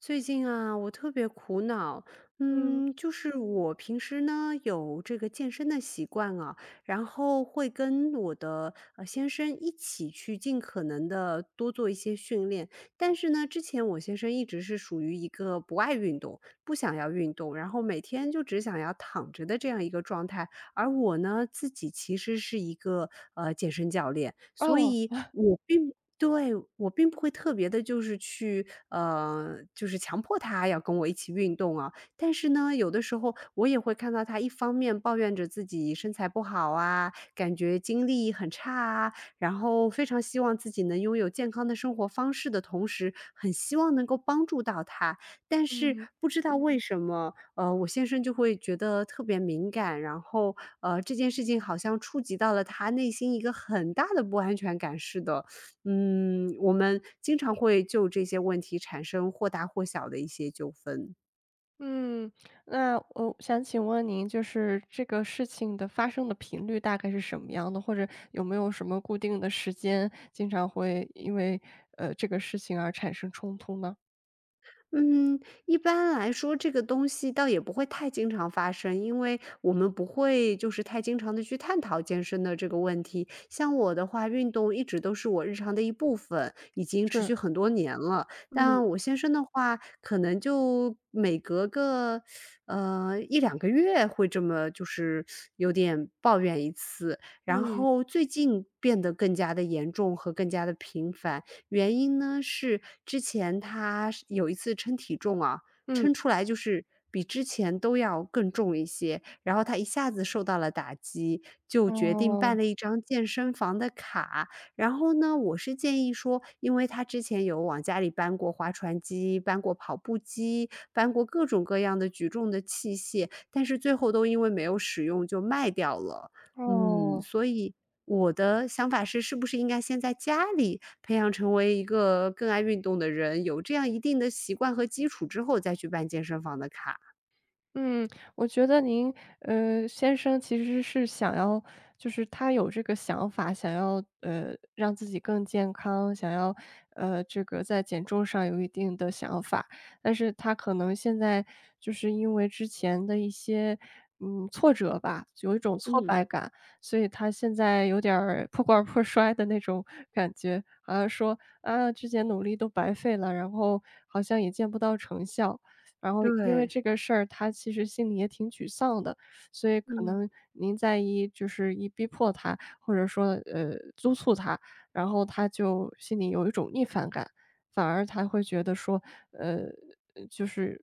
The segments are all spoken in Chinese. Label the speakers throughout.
Speaker 1: 最近啊，我特别苦恼，
Speaker 2: 嗯，
Speaker 1: 就是我平时呢有这个健身的习惯啊，然后会跟我的先生一起去尽可能的多做一些训练。但是呢，之前我先生一直是属于一个不爱运动、不想要运动，然后每天就只想要躺着的这样一个状态。而我呢，自己其实是一个健身教练，所
Speaker 2: 哦，
Speaker 1: 以对，我并不会特别的，就是去就是强迫他要跟我一起运动啊。但是呢，有的时候我也会看到他一方面抱怨着自己身材不好啊，感觉精力很差啊，然后非常希望自己能拥有健康的生活方式的同时，很希望能够帮助到他。但是
Speaker 2: 嗯
Speaker 1: 不知道为什么，我先生就会觉得特别敏感，然后，这件事情好像触及到了他内心一个很大的不安全感似的。我们经常会就这些问题产生或大或小的一些纠纷。
Speaker 2: 嗯，那我想请问您，就是这个事情的发生的频率大概是什么样的，或者有没有什么固定的时间，经常会因为这个事情而产生冲突呢？
Speaker 1: 嗯，一般来说这个东西倒也不会太经常发生，因为我们不会就是太经常的去探讨健身的这个问题。像我的话，运动一直都是我日常的一部分，已经持
Speaker 2: 是，
Speaker 1: 续很多年了。
Speaker 2: 嗯
Speaker 1: 但我先生的话，可能就每隔个，一两个月会这么就是有点抱怨一次，然
Speaker 2: 嗯
Speaker 1: 后最近变得更加的严重和更加的频繁。原因呢是之前他是有一次称体重啊，
Speaker 2: 嗯，
Speaker 1: 称出来就是比之前都要更重一些，然后他一下子受到了打击，就决定办
Speaker 2: 哦
Speaker 1: 了一张健身房的卡。然后呢，我是建议说，因为他之前有往家里搬过划船机，搬过跑步机，搬过各种各样的举重的器械，但是最后都因为没有使用就卖掉了。
Speaker 2: 哦。
Speaker 1: 所以我的想法是，是不是应该先在家里培养成为一个更爱运动的人，有这样一定的习惯和基础之后，再去办健身房的卡。
Speaker 2: 嗯，我觉得您先生其实是想要就是他有这个想法，想要，让自己更健康，想要，这个在减重上有一定的想法。但是他可能现在就是因为之前的一些，挫折吧，有一种挫
Speaker 1: 嗯，
Speaker 2: 败感，所以他现在有点儿破罐儿破摔的那种 感觉，好像说：“啊，之前努力都白费了，然后好像也见不到成效。”然后因为
Speaker 1: 对，
Speaker 2: 这个事儿，他其实心里也挺沮丧的，所以可
Speaker 1: 嗯。
Speaker 2: 能您在一就是一逼迫他，或者说，督促他，然后他就心里有一种逆反感，反而他会觉得说，呃，就是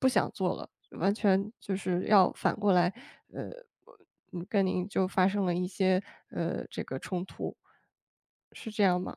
Speaker 2: 不想做了，完全就是要反过来，呃，我跟您就发生了一些，这个冲突，是这样吗？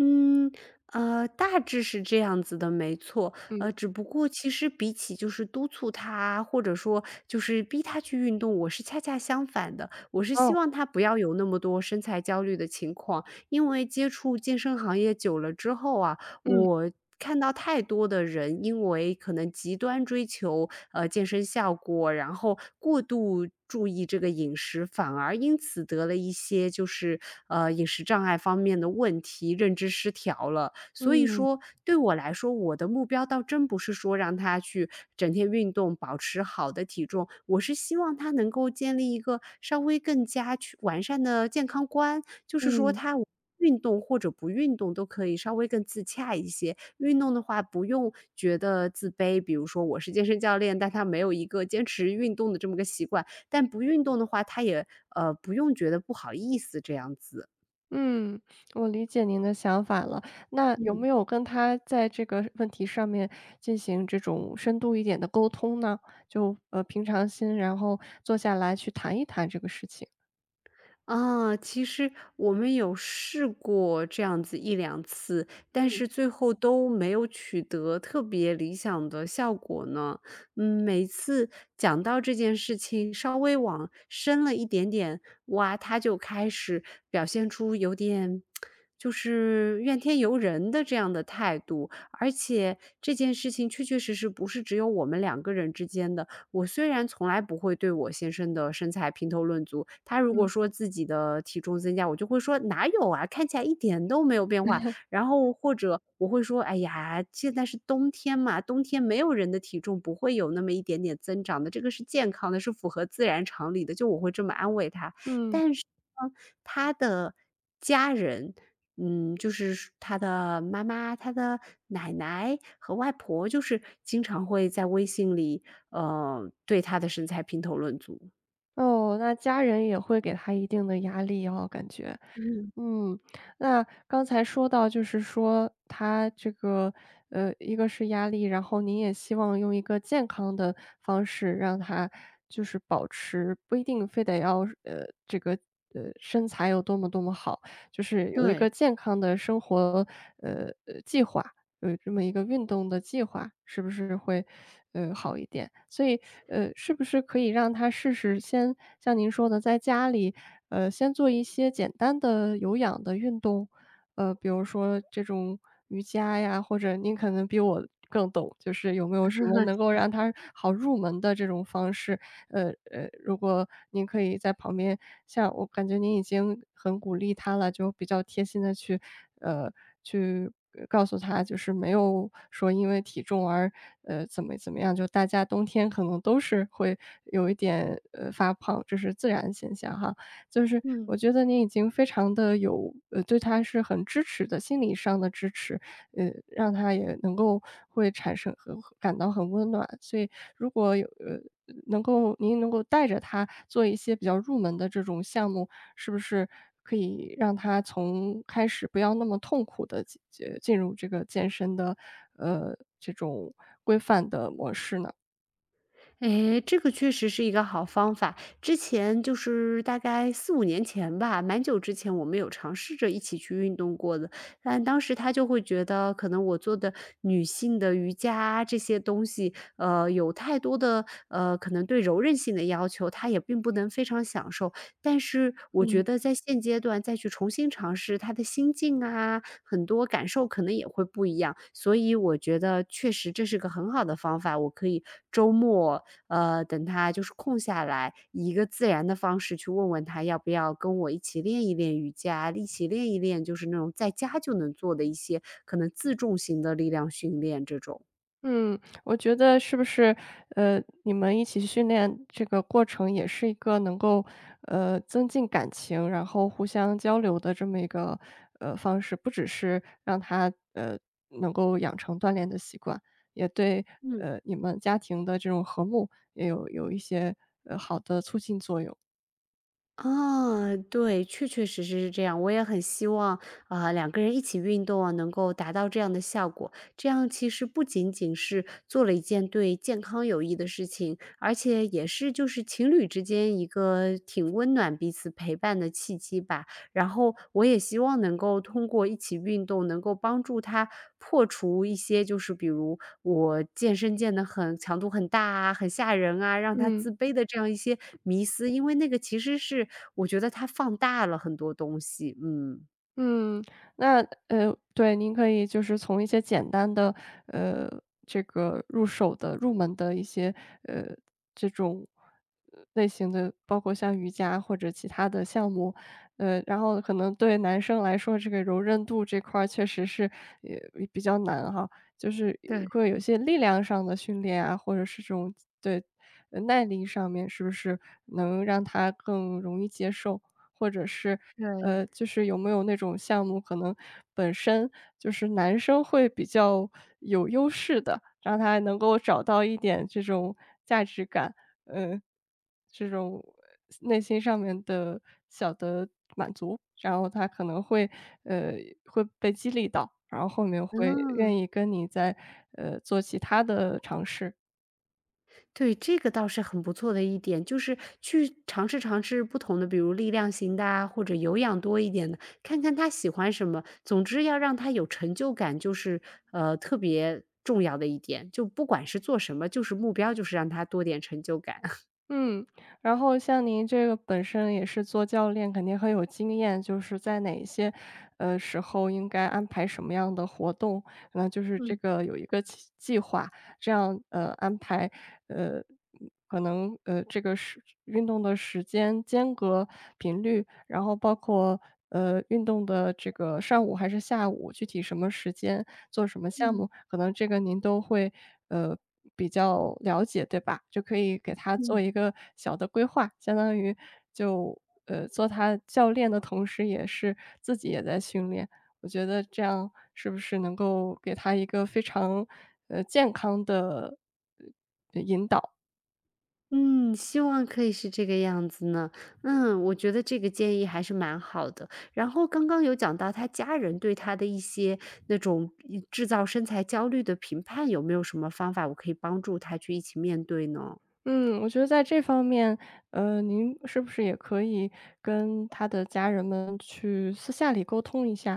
Speaker 1: 嗯，大致是这样子的，没错。
Speaker 2: 嗯，
Speaker 1: 只不过其实比起就是督促他，或者说就是逼他去运动，我是恰恰相反的。我是希
Speaker 2: 哦，
Speaker 1: 望他不要有那么多身材焦虑的情况，因为接触健身行业久了之后啊，
Speaker 2: 嗯
Speaker 1: 我看到太多的人，因为可能极端追求健身效果，然后过度注意这个饮食，反而因此得了一些就是饮食障碍方面的问题，认知失调了。所以
Speaker 2: 嗯
Speaker 1: 说，对我来说，我的目标倒真不是说让他去整天运动，保持好的体重，我是希望他能够建立一个稍微更加去完善的健康观。就是说
Speaker 2: 嗯。
Speaker 1: 他无运动或者不运动都可以稍微更自洽一些。运动的话不用觉得自卑，比如说我是健身教练，但他没有一个坚持运动的这么个习惯，但不运动的话，他也，不用觉得不好意思这样子，
Speaker 2: 嗯，我理解您的想法了。那有
Speaker 1: 嗯。
Speaker 2: 没有跟他在这个问题上面进行这种深度一点的沟通呢？就平常心，然后坐下来去谈一谈这个事情。
Speaker 1: 啊，其实我们有试过这样子一两次，但是最后都没有取得特别理想的效果呢。每次讲到这件事情，稍微往深了一点点挖，他就开始表现出有点就是怨天尤人的这样的态度。而且这件事情确确实实不是只有我们两个人之间的，我虽然从来不会对我先生的身材评头论足，他如果说自己的体重增加，我就会说：“哪有啊，看起来一点都没有变化。”然后或者我会说：“哎呀，现在是冬天嘛，冬天没有人的体重不会有那么一点点增长的，这个是健康的，是符合自然常理的。”就我会这么安慰他。
Speaker 2: 嗯，
Speaker 1: 但是呢，他的家人，就是说他的妈妈、他的奶奶和外婆，就是经常会在微信里对他的身材评头论足。
Speaker 2: 哦，那家人也会给他一定的压力哦，感觉。
Speaker 1: 嗯，
Speaker 2: 嗯，那刚才说到就是说他这个，一个是压力，然后您也希望用一个健康的方式让他就是保持，不一定非得要这个，身材有多么多么好，就是有一
Speaker 1: 对。
Speaker 2: 个健康的生活，计划。有这么一个运动的计划，是不是会，好一点？所以，是不是可以让他试试先像您说的，在家里，先做一些简单的有氧的运动，比如说这种瑜伽呀，或者您可能比我更懂，就是有没有什么能够让他好入门的这种方式，如果您可以在旁边像我感觉您已经很鼓励他了，就比较贴心的呃，去告诉他，就是没有说因为体重而，怎么怎么样，就大家冬天可能都是会有一点，发胖，这是自然现象哈。就是
Speaker 1: 嗯。
Speaker 2: 我觉得您已经非常的有对他是很支持的，心理上的支持。让他也能够会产生很感到很温暖。所以如果有您能够带着他做一些比较入门的这种项目，是不是可以让他从开始不要那么痛苦的进入这个健身的，这种规范的模式呢？
Speaker 1: 诶，这个确实是一个好方法。之前就是大概四五年前吧，蛮久之前我们有尝试着一起去运动过的。但当时他就会觉得可能我做的女性的瑜伽啊这些东西，有太多的，可能对柔韧性的要求，他也并不能非常享受。但是我觉得在现阶段再去重新尝试，他的心境啊，很多感受可能也会不一样。所以我觉得确实这是个很好的方法，我可以周末等他就是空下来，以一个自然的方式去问问他要不要跟我一起练一练瑜伽，一起练一练就是那种在家就能做的一些可能自重型的力量训练这种。
Speaker 2: 嗯，我觉得是不是，你们一起训练这个过程也是一个能够，增进感情，然后互相交流的这么一个，方式，不只是让他，能够养成锻炼的习惯，也对，
Speaker 1: 嗯。
Speaker 2: 你们家庭的这种和睦也有一些，好的促进作用。
Speaker 1: 啊，对，确确实实是这样。我也很希望，啊，两个人一起运动啊，能够达到这样的效果。这样其实不仅仅是做了一件对健康有益的事情，而且也是就是情侣之间一个挺温暖彼此陪伴的契机吧。然后我也希望能够通过一起运动，能够帮助他破除一些，就是比如我健身健得很强度很大啊，很吓人啊，让他
Speaker 2: 嗯
Speaker 1: 自卑的这样一些迷思，因为那个其实是我觉得他放大了很多东西。
Speaker 2: 嗯，那，对，您可以就是从一些简单的，呃，这个入手的入门的一些，呃，类型的，包括像瑜伽或者其他的项目，然后可能对男生来说，这个柔韧度这块儿确实是，也比较难哈，就是
Speaker 1: 对
Speaker 2: 会有一些力量上的训练啊，或者是这种对，耐力上面是不是能让他更容易接受？或者是，
Speaker 1: 对，
Speaker 2: 就是有没有那种项目可能本身就是男生会比较有优势的，让他能够找到一点这种价值感。呃，这种内心上面的小的满足，然后他可能呃会被激励到，然后后面会愿
Speaker 1: 嗯。
Speaker 2: 意跟你在做其他的尝试。
Speaker 1: 对，这个倒是很不错的一点，就是去尝试尝试不同的，比如力量型的啊，或者有氧多一点的，看看他喜欢什么。总之要让他有成就感，就是特别重要的一点。就不管是做什么，就是目标就是让他多点成就感。
Speaker 2: 嗯，然后像您这个本身也是做教练，肯定很有经验，就是在哪一些时候应该安排什么样的活动，那就是这
Speaker 1: 嗯
Speaker 2: 个有一个计划，这样，安排，呃，嗯可能，这个运动的时间、间隔、频率，然后包括，运动的这个上午还是下午，具体什么时间做什么项
Speaker 1: 嗯嗯
Speaker 2: 目，可能这个您都会，呃，比较了解，对吧？就可以给他做
Speaker 1: 嗯。
Speaker 2: 一个小的规划，相当于就，做他教练的同时，也是自己也在训练。我觉得这样是不是能够给他一个非常，健康的。
Speaker 1: 嗯，希望可以是这个样子呢。我觉得这个建议还是蛮好的。然后刚刚有讲到他家人对他的一些那种制造身材焦虑的评判，有没有什么方法我可以帮助他去一起面对呢？
Speaker 2: 嗯，我觉得在这方面，您是不是也可以跟他的家人们去私下里沟通一下，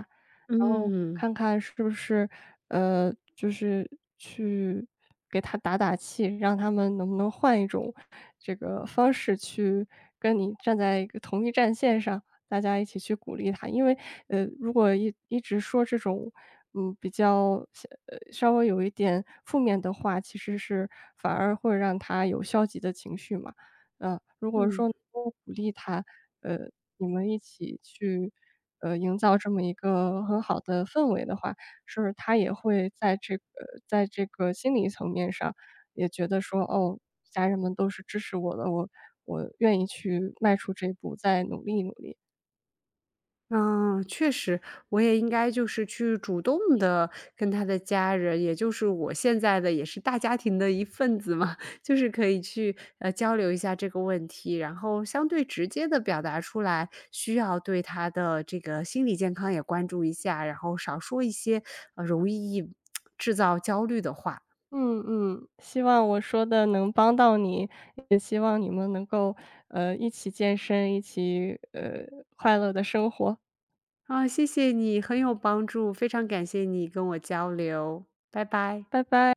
Speaker 2: 然后
Speaker 1: 嗯。
Speaker 2: 看看是不是，就是去给他打打气，让他们能不能换一种这个方式去跟你站在一个同一战线上。大家一起去鼓励他。因为，如果一直说这种，比较稍微有一点负面的话，其实是反而会让他有消极的情绪嘛。如果
Speaker 1: 嗯。
Speaker 2: 说能够鼓励他，呃，你们一起去，营造这么一个很好的氛围的话，是他也会在这个心理层面上也觉得说，哦，家人们都是支持我的，我愿意去迈出这一步，再努力努力。
Speaker 1: 嗯，确实，我也应该就是去主动的跟他的家人，也就是我现在的也是大家庭的一份子嘛，就是可以去，交流一下这个问题，然后相对直接的表达出来，需要对他的这个心理健康也关注一下，然后少说一些，容易 制造焦虑的话。
Speaker 2: 嗯嗯，希望我说的能帮到你，也希望你们能够，一起健身，一起，快乐的生活，
Speaker 1: 啊，谢谢你，很有帮助，非常感谢你跟我交流，拜拜。
Speaker 2: 拜拜。